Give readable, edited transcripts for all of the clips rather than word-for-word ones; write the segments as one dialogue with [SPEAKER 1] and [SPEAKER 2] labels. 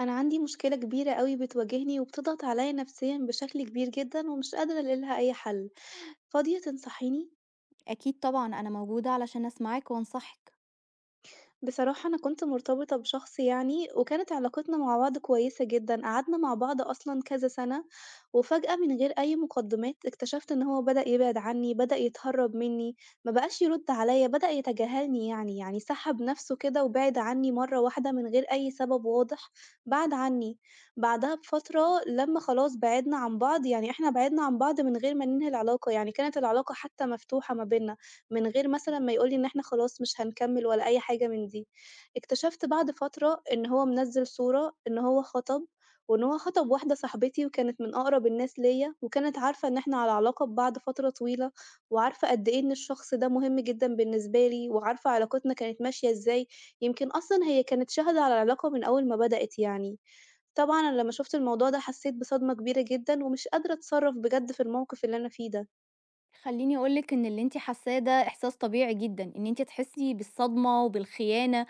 [SPEAKER 1] أنا عندي مشكلة كبيرة أوي بتواجهني وبتضغط عليا نفسيًا بشكل كبير جدًا ومش قادرة ألاقيلها أي حل، فاضية تنصحيني؟
[SPEAKER 2] أكيد طبعًا، أنا موجودة علشان أسمعِك وأنصحِك.
[SPEAKER 1] بصراحة أنا كنت مرتبطة بشخص يعني، وكانت علاقتنا مع بعض كويسة جدًا، قعدنا مع بعض أصلًا كذا سنة، وفجأة من غير أي مقدمات اكتشفت إن هو بدأ يبعد عني، بدأ يتهرب مني، ما بقاش يرد عليَّ، بدأ يتجاهلني يعني، يعني سحب نفسه كده وبعد عني مرة واحدة من غير أي سبب واضح، بعد عني. بعدها بفترة لمّا خلاص بعدنا عن بعض، يعني إحنا بعدنا عن بعض من غير ما ننهي العلاقة، يعني كانت العلاقة حتى مفتوحة ما بيننا. من غير مثلًا ما يقول لي إن إحنا خلاص مش هنكمّل ولا أي حاجة من دي. اكتشفت بعد فترة إن هو منزّل صورة إن هو خَطَب، وإن هو خَطَب واحدة صاحبتي وكانت من أقرب الناس ليّا، وكانت عارفة إن إحنا على علاقة ببعض فترة طويلة، وعارفة قد إيه إن الشخص ده مهم جدًا بالنسبة لي، وعارفة علاقتنا كانت ماشية إزاي، يمكن أصلًا هي كانت شاهدة على العلاقة من أول ما بدأت يعني. طبعًا أنا لمّا شُفت الموضوع ده حسّيت بصدمة كبيرة جدًا، ومش قادرة أتصرّف بجد في الموقف اللي أنا فيه ده.
[SPEAKER 2] خلّيني أقول لِك إن اللي أنتِ حاسّاه ده إحساس طبيعي جدًا، إن أنتِ تحسّي بالصدمة وبالخيانة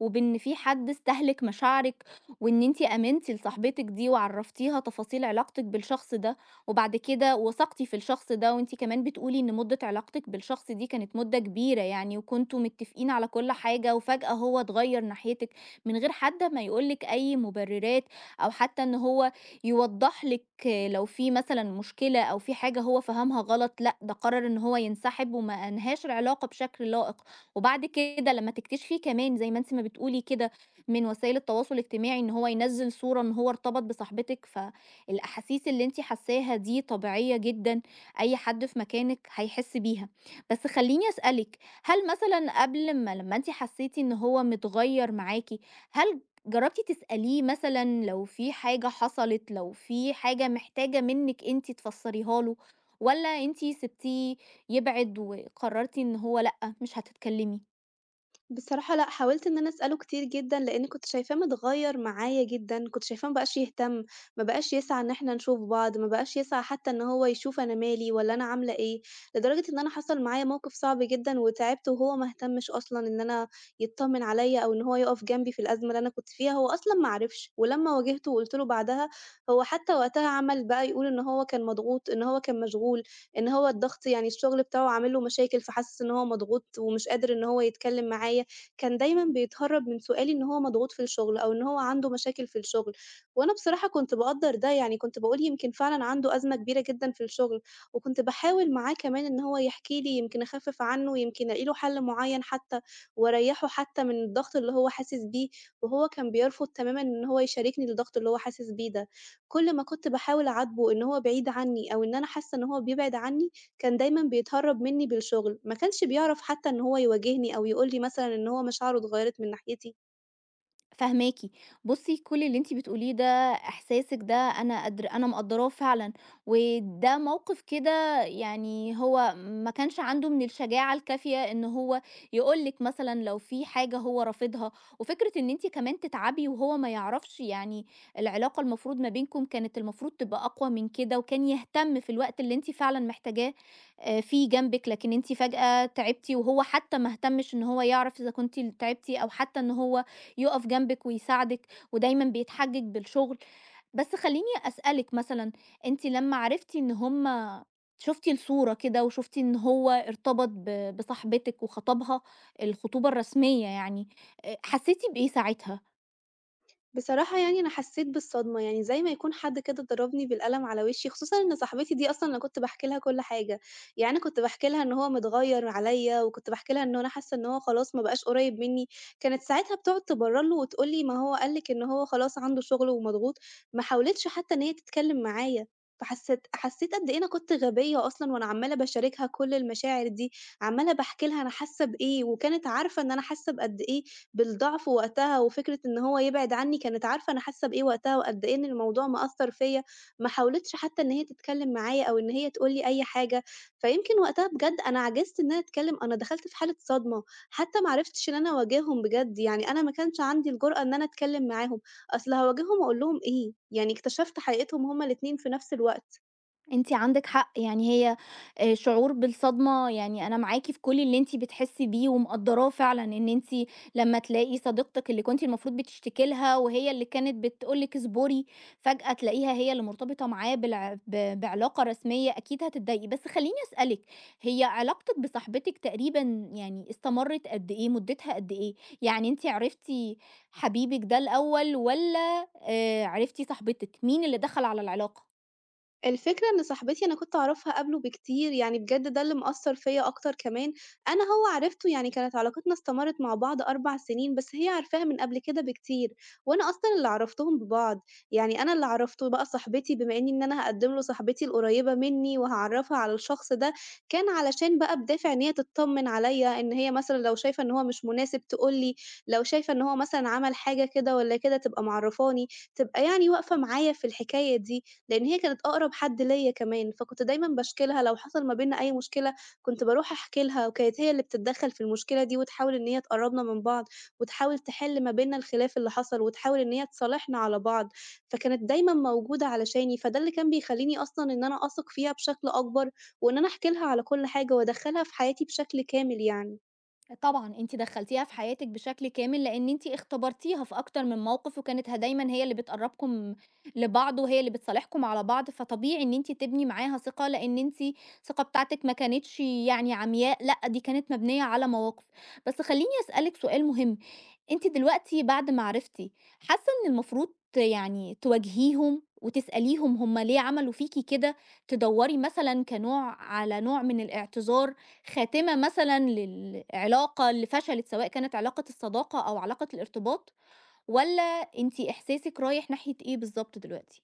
[SPEAKER 2] وبإن في حد استهلك مشاعرِك، وإن أنتِ آمنتِ لصاحبتِك دي وعرّفتيها تفاصيل علاقتِك بالشخص ده، وبعد كده وثقتِ في الشخص ده، وأنتِ كمان بتقولي إن مدة علاقتِك بالشخص دي كانت مدة كبيرة يعني، وكنتم متفقين على كل حاجة، وفجأة هو اتغيّر ناحيتِك من غير حتى ما يقول لِك أي مبررات، أو حتى إن هو يوضّح لِك لو في مثلًا مشكلة أو في حاجة هو فهمها غلط، لأ ده قرر إن هو ينسحب وما أنهاش العلاقة بشكل لائق. وبعد كده لمّا تكتشفي كمان زي ما أنتِ ما بتقولي كده من وسائل التواصل الاجتماعي إن هو ينزّل صورة إن هو ارتبط بصاحبتِك، فالأحاسيس اللي أنتِ حاساها دي طبيعية جدًا، أي حد في مكانِك هيحس بيها. بس خلّيني أسألِك، هل مثلًا قبل ما لمّا أنتِ حسيتِ إن هو متغيّر معاكِ، هل جرّبتِ تسأليه مثلًا لو في حاجة حصلت، لو في حاجة محتاجة منِّك أنتِ تفسّريها له والّا أنتِ سِبتيه يبعد وقررتِ إن هو لأ، مش هتتكلمي.
[SPEAKER 1] بصراحة لأ، حاولت إن أنا أسأله كتير جدًا، لإني كنت شايفاه متغيّر معايا جدًا، كنت شايفاه ما بقاش يهتم، ما بقاش يسعى إن إحنا نشوف بعض، ما بقاش يسعى حتى إن هو يشوف أنا مالي والّا أنا عاملة إيه، لدرجة إن أنا حصل معايا موقف صعب جدًا وتعبت وهو ما اهتمش أصلًا إن أنا يتطمن عليَّ أو إن هو يقف جنبي في الأزمة اللي أنا كنت فيها، هو أصلًا ما عرفش، ولمّا واجهته وقُلت له بعدها، هو حتى وقتها عمل بقى يقول إن هو كان مضغوط، إن هو كان مشغول، إن هو الضغط يعني الشغل بتاعه عامل له مشاكل، فحاسس إن هو مضغوط ومش قادر إن هو يتكلم معايا. كان دايمًا بيتهرّب من سؤالي إن هو مضغوط في الشغل أو إن هو عنده مشاكل في الشغل، وأنا بصراحة كنت باقدّر ده، يعني كنت باقول يمكن فعلًا عنده أزمة كبيرة جدًا في الشغل، وكنت باحاول معاه كمان إن هو يحكي لي يمكن أخفِّف عنه، يمكن ألاقي له حل معيّن حتى وأريّحه حتى من الضغط اللي هو حاسس بيه، وهو كان بيرفض تمامًا إن هو يشاركني الضغط اللي هو حاسس بيه ده. كل ما كنت باحاول أعاتبه إن هو بعيد عني أو إن أنا حاسة إن هو بيبعد عني كان دايمًا بيتهرّب منّي بالشغل، ما كانش بيعرف حتى إن هو يواجهني أو يقول لي مثلًا إن هو مشاعره اتغيّرت من ناحيتي.
[SPEAKER 2] فاهماكِ. بُصّي، كل اللي أنتِ بتقوليه ده إحساسِك ده أنا مقدّراه فعلًا، وده موقِف كده يعني هو ما كانش عنده من الشجاعة الكافية إن هو يقول لِك مثلًا لو في حاجة هو رافضها، وفكرة إن أنتِ كمان تتعبي وهو ما يعرفش، يعني العلاقة المفروض ما بينكم كانت المفروض تبقى أقوى من كده، وكان يهتم في الوقت اللي أنتِ فعلًا محتاجاه فيه جنبِك، لكن أنتِ فجأة تعبتِ وهو حتى ما اهتمش إن هو يعرف إذا كنتِ تعبتِ أو حتى إن هو يُقف جنبِك ويساعدِك ودايمًا بيتحجج بالشغل. بس خلّيني أسألِك مثلًا، أنتِ لمّا عرفتِ إن هُم شُفتِ الصورة كده وشُفتِ إن هو ارتبط بصاحبتِك وخطبها، الخطوبة الرسمية يعني، حسّيتِ بإيه ساعتها؟
[SPEAKER 1] بصراحة يعني أنا حسّيت بالصدمة، يعني زي ما يكون حد كده ضربني بالقلم على وشّي، خصوصًا إن صاحبتي دي أصلًا أنا كنت باحكي لها كل حاجة، يعني أنا كنت باحكي لها إن هو متغيّر عليّا وكنت باحكي لها إن أنا حاسّة إن هو خلاص ما بقاش قريّب منّي، كانت ساعتها بتقعد تبرّر له وتقول لي: "ما هو قال لِك إن هو خلاص عنده شغل ومضغوط." ما حاولتش حتى إن هي تتكلّم معايا، فحسّيت قد إيه أنا كنت غبية أصلًا وأنا عمّالة باشاركها كل المشاعر دي. عمّالة باحكي لها أنا حاسة بإيه، وكانت عارفة إن أنا حاسة بقد إيه بالضعف وقتها، وفكرة إن هو يبعد عني كانت عارفة أنا حاسة بإيه وقتها، وقد إيه إن الموضوع مأثّر فيّا، ما حاولتش حتى إن هي تتكلم معايا أو إن هي تقول لي أي حاجة، فيمكن وقتها بجد أنا عجزت إن أنا أتكلم، أنا دخلت في حالة صدمة، حتى ما عرفتش إن أنا أواجههم بجد، يعني أنا ما كانش عندي الجرأة إن أنا أتكلم معاهم، أصل هاواجههم أقول لهم إيه؟ يعني اكتشفت حقيقتهم هُم الاتنين في نفس الوقت.
[SPEAKER 2] أنتِ عندِك حق، يعني هي شعور بالصدمة يعني أنا معاكِ في كل اللي أنتِ بتحسّي بيه ومقدّراه فعلًا، إن أنتِ لمّا تلاقي صديقتِك اللي كنتِ المفروض بتشتكي لها وهي اللي كانت بتقول لِك اصبري، فجأة تلاقيها هي اللي مرتبطة معاه بالع ب بعلاقة رسمية، أكيد هتتضايقي. بس خلّيني أسألِك، هي علاقتِك بصاحبتِك تقريبًا يعني استمرِّت قد إيه، مدتها قد إيه؟ يعني أنتِ عرفتِ حبيبِك ده الأول والّا عرفتِ صاحبتِك، مين اللي دخل على العلاقة؟
[SPEAKER 1] الفكرة إن صاحبتي أنا كنت أعرفها قبله بكتير، يعني بجد ده اللي مأثّر فيّا أكتر كمان، أنا هو عرفته يعني كانت علاقتنا استمرت مع بعض 4 سنين، بس هي عارفاه من قبل كده بكتير، وأنا أصلًا اللي عرّفتهم ببعض، يعني أنا اللي عرّفته بقى صاحبتي بما إني إن أنا هاقدّم له صاحبتي القريّبة منّي وهاعرّفها على الشخص ده، كان علشان بقى بدافع إن هي تتطمّن عليّا، إن هي مثلًا لو شايفة إن هو مش مناسب تقول لي، لو شايفة إن هو مثلًا عمل حاجة كده والّا كده تبقى معرّفاني، تبقى يعني واقفة معايا في الحكاية دي. لإن هي كانت أقرب حد ليّا كمان، فكنت دايمًا باشكي لها لو حصل ما بيننا أي مشكلة، كنت باروح أحكي لها، وكانت هي اللي بتتدخّل في المشكلة دي وتحاول إن هي تقرّبنا من بعض، وتحاول تحِل ما بيننا الخلاف اللي حصل، وتحاول إن هي تصالحنا على بعض، فكانت دايمًا موجودة علشاني، فده اللي كان بيخلّيني أصلًا إن أنا أثق فيها بشكل أكبر، وإن أنا أحكي لها على كل حاجة وأدخّلها في حياتي بشكل كامل يعني.
[SPEAKER 2] طبعًا أنتِ دخّلتيها في حياتِك بشكل كامل، لإن أنتِ اختبرتيها في أكتر من موقف، وكانت دايمًا هي اللي بتقرّبكم لبعض، وهي اللي بتصالحكم على بعض، فطبيعي إن أنتِ تبني معاها ثقة، لإن أنتِ الثقة بتاعتِك ما كانتش يعني عمياء، لأ دي كانت مبنية على مواقف. بس خلّيني أسألِك سؤال مهم، أنتِ دلوقتي بعد ما عرفتِ، حاسة إن المفروض يعني تواجهيهم وتسأليهم هُم ليه عملوا فيكِ كده، تدوّري مثلًا كنوع على نوع من الاعتذار، خاتمة مثلًا للعلاقة اللي فشلت، سواء كانت علاقة الصداقة أو علاقة الارتباط، والّا أنتِ إحساسِك رايح ناحية إيه بالضبط دلوقتي؟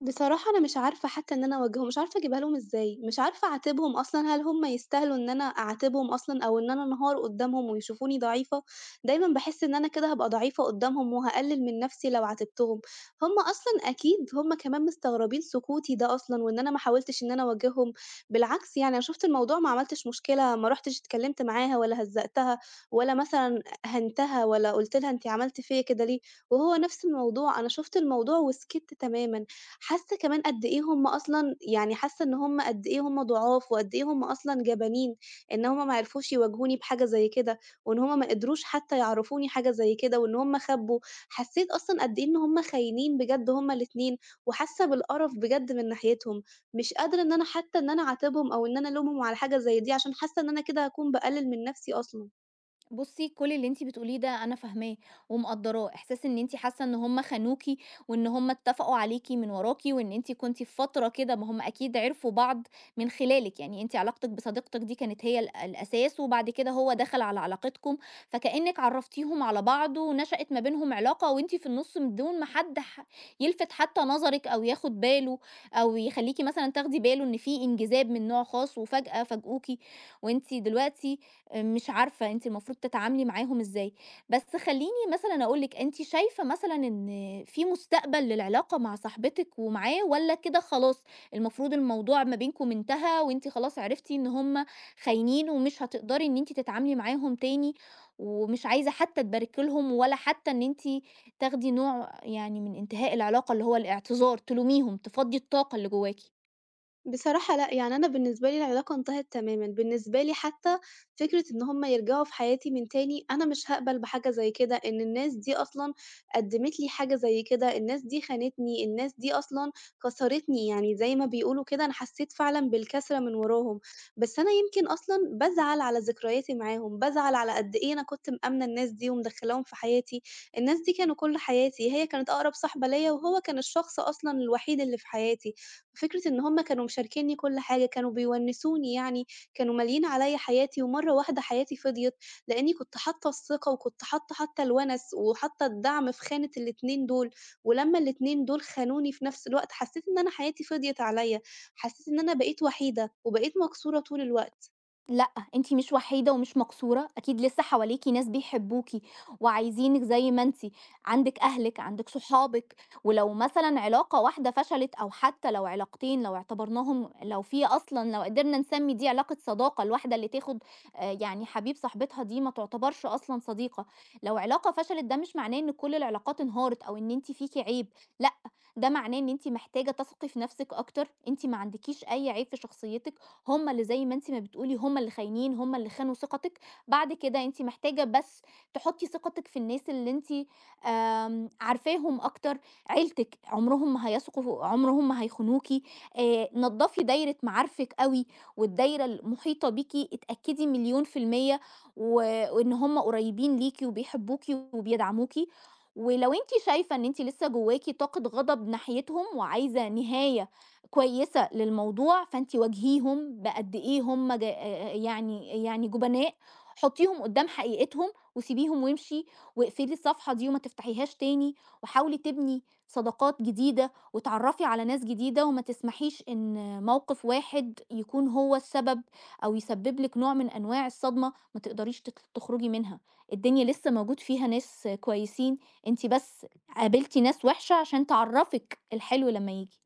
[SPEAKER 1] بصراحة أنا مش عارفة حتى إن أنا أواجههم، مش عارفة أجيبها لهم إزاي، مش عارفة أعاتبهم أصلًا، هل هم يستاهلوا إن أنا أعاتبهم أصلًا أو إن أنا أنهار قدّامهم ويشوفوني ضعيفة؟ دايمًا باحس إن أنا كده هابقى ضعيفة قدّامهم وهاقلل من نفسي لو عاتبتهم، هم أصلًا أكيد هم كمان مستغربين سكوتي ده أصلًا وإن أنا ما حاولتش إن أنا أواجههم، بالعكس يعني أنا شُفت الموضوع ما عملتش مشكلة، ما رُحتش اتكلمت معاها ولا هزّقتها ولا مثلًا هَنتها ولا قُلت لها أنتِ عملتِ فيّا كده ليه، وهو نفس الموضوع، أنا شُفت الموضوع وسكِت تمامًا. حاسة كمان قد إيه هم أصلًا يعني حاسة إن هم قد إيه هم ضعاف، وقد إيه هم أصلًا جبانين، إن هم ما عرفوش يواجهوني بحاجة زي كده، وإن هم ما قدروش حتى يعرفوني حاجة زي كده، وإن هم خبّوا. حسيت أصلًا قد إيه إن هم خاينين بجد هم الاتنين، وحاسة بالقرف بجد من ناحيتهم. مش قادرة إن أنا حتى إن أنا أعاتبهم أو إن أنا ألومهم على حاجة زي دي، عشان حاسة إن أنا كده هاكون باقلل من نفسي أصلًا.
[SPEAKER 2] بُصّي، كل اللي أنتِ بتقوليه ده أنا فاهماه ومقدّراه، إحساس إن أنتِ حاسة إن هم خانوكِ وإن هم اتّفقوا عليكِ من وراكِ وإن أنتِ كنتِ في فترة كده ما هم أكيد عرفوا بعض من خلالِك، يعني أنتِ علاقتِك بصديقتِك دي كانت هي الأساس وبعد كده هو دخل على علاقتكم، فكإنِّك عرّفتيهم على بعض ونشأت ما بينهم علاقة وأنتِ في النُص من دون ما حد يلفت حتى نظرِك أو ياخد باله أو يخلّيكِ مثلًا تاخدي باله إن في انجذاب من نوع خاص وفجأة فاجئوكِ وأنتِ دلوقتي مش عارفة أنتِ المفروض تتعاملي معاهم إزاي، بس خلّيني مثلًا أقول لِك، أنتِ شايفة مثلًا إن في مستقبل للعلاقة مع صاحبتِك ومعاه والّا كده خلاص المفروض الموضوع ما بينكم انتهى وأنتِ خلاص عرفتِ إن هم خاينين ومش هتقدري إن أنتِ تتعاملي معاهم تاني، ومش عايزة حتى تباركي لهم ولا حتى إن أنتِ تاخدي نوع يعني من انتهاء العلاقة اللي هو الاعتذار، تلوميهم، تفضّي الطاقة اللي جواكِ؟
[SPEAKER 1] بصراحة لأ، يعني أنا بالنسبة لي العلاقة انتهت تمامًا، بالنسبة لي حتى فكرة إن هُم يرجعوا في حياتي من تاني، أنا مش هاقبل بحاجة زي كده، إن الناس دي أصلًا قدّمت لي حاجة زي كده، الناس دي خانتني، الناس دي أصلًا كسرتني، يعني زي ما بيقولوا كده أنا حسيت فعلًا بالكسرة من وراهم، بس أنا يمكن أصلًا بازعل على ذكرياتي معاهم، بازعل على قد إيه أنا كنت مأمنة الناس دي ومدخلاهم في حياتي، الناس دي كانوا كل حياتي، هي كانت أقرب صاحبة ليّا وهو كان الشخص أصلًا الوحيد اللي في حياتي. فكرة إن هم كانوا مشاركينّي كل حاجة، كانوا بيونّسوني يعني، كانوا ماليين عليّا حياتي، ومرّة واحدة حياتي فضيت، لإنّي كنت حاطّة الثقة، وكنت حاطّة حتى الونس، وحاطّة الدعم في خانة الاتنين دول، ولمّا الاتنين دول خانوني في نفس الوقت، حسّيت إن أنا حياتي فضيت عليّا، حسّيت إن أنا بقيت وحيدة، وبقيت مكسورة طول الوقت.
[SPEAKER 2] لأ، أنتِ مش وحيدة ومش مقصورة، أكيد لسه حواليكِ ناس بيحبوكِ وعايزينِك زي ما أنتِ، عندِك أهلِك، عندِك صحابِك، ولو مثلًا علاقة واحدة فشلت أو حتى لو علاقتين لو اعتبرناهم لو في أصلًا لو قدرنا نسمّي دي علاقة صداقة، الواحدة اللي تاخد يعني حبيب صاحبتها دي ما تعتبرش أصلًا صديقة، لو علاقة فشلت ده مش معناه إن كل العلاقات انهارت أو إن أنتِ فيكِ عيب، لأ، ده معناه إن أنتِ محتاجة تثقي في نفسِك أكتر، أنتِ ما عندكيش أي عيب في شخصيتِك. هم اللي زي ما أنتِ ما بتقولي هم اللي خاينين، هم اللي خانوا ثقتِك، بعد كده أنتِ محتاجة بس تحطّي ثقتِك في الناس اللي أنتِ عارفاهم أكتر، عيلتِك عمرهم ما هيثقوا عمرهم ما هيخونوكِ، نضّفي دايرة معارفِك أوي والدايرة المحيطة بيكِ اتأكدي مليون في المِيّة و وإن هم قريبين ليكِ وبيحبوكِ وبيدعموكِ، ولو أنتِ شايفة إن أنتِ لسه جواكِ طاقة غضب ناحيتهم وعايزة نهاية كويسة للموضوع، فأنتِ واجهيهم بقد إيه هم ج يعني يعني جبناء، حطّيهم قدّام حقيقتهم وسيبيهم وامشي، واقفلي الصفحة دي وما تفتحيهاش تاني، وحاولي تبني صداقات جديدة واتعرّفي على ناس جديدة، وما تسمحيش إن موقف واحد يكون هو السبب أو يسبب لِك نوع من أنواع الصدمة ما تقدريش تخرجي منها، الدنيا لسه موجود فيها ناس كويسين، أنتِ بس قابلتِ ناس وِحشة عشان تعرّفِك الحلو لمّا ييجي.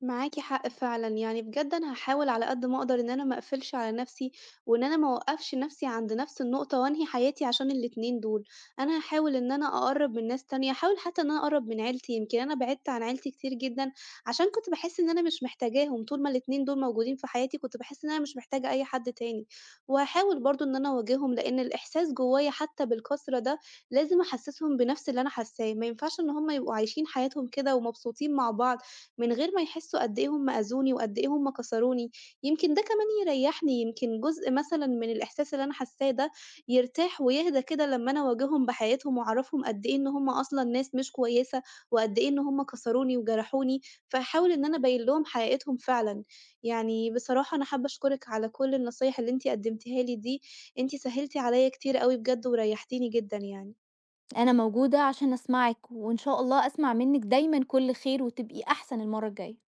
[SPEAKER 1] معاكِ حق فعلًا، يعني بجد أنا هاحاول على قد ما أقدر إن أنا ما أقفلش على نفسي، وإن أنا ما أوقّفش نفسي عند نفس النقطة وأنهي حياتي عشان الاتنين دول، أنا هاحاول إن أنا أقرّب من ناس تانية، هاحاول حتى إن أنا أقرّب من عيلتي، يمكن أنا بعدت عن عيلتي كتير جدًا، عشان كنت باحس إن أنا مش محتاجاهم، طول ما الاتنين دول موجودين في حياتي كنت باحس إن أنا مش محتاجة أي حد تاني، وهاحاول برضه إن أنا أواجههم، لإن الإحساس جوايا حتى بالكسرة ده لازم أحسّسهم بنفس اللي أنا حاساه، ما ينفعش إن هُم يبقوا عايشين حياتهم كده ومبسوطين مع بعض، من غير ما يحسّوا قد إيه هم أذوني وقد إيه هم كسروني، يمكن ده كمان يريّحني، يمكن جزء مثلًا من الإحساس اللي أنا حاسّاه ده يرتاح ويهدى كده لمّا أنا أواجههم بحياتهم وأعرفهم قد إيه إن هم أصلًا ناس مش كويسة، وقد إيه إن هم كسروني وجرحوني، فهاحاول إن أنا أبيّن لهم حقيقتهم فعلًا. يعني بصراحة أنا حابّة أشكرِك على كل النصايح اللي أنتِ قدّمتيها لي دي، أنتِ سهّلتِ عليّا كتير أوي بجد وريّحتيني جدًا يعني.
[SPEAKER 2] أنا موجودة عشان أسمعِك، وإن شاء الله أسمع منِّك دايمًا كل خير وتبقي أحسن المرّة الجاية.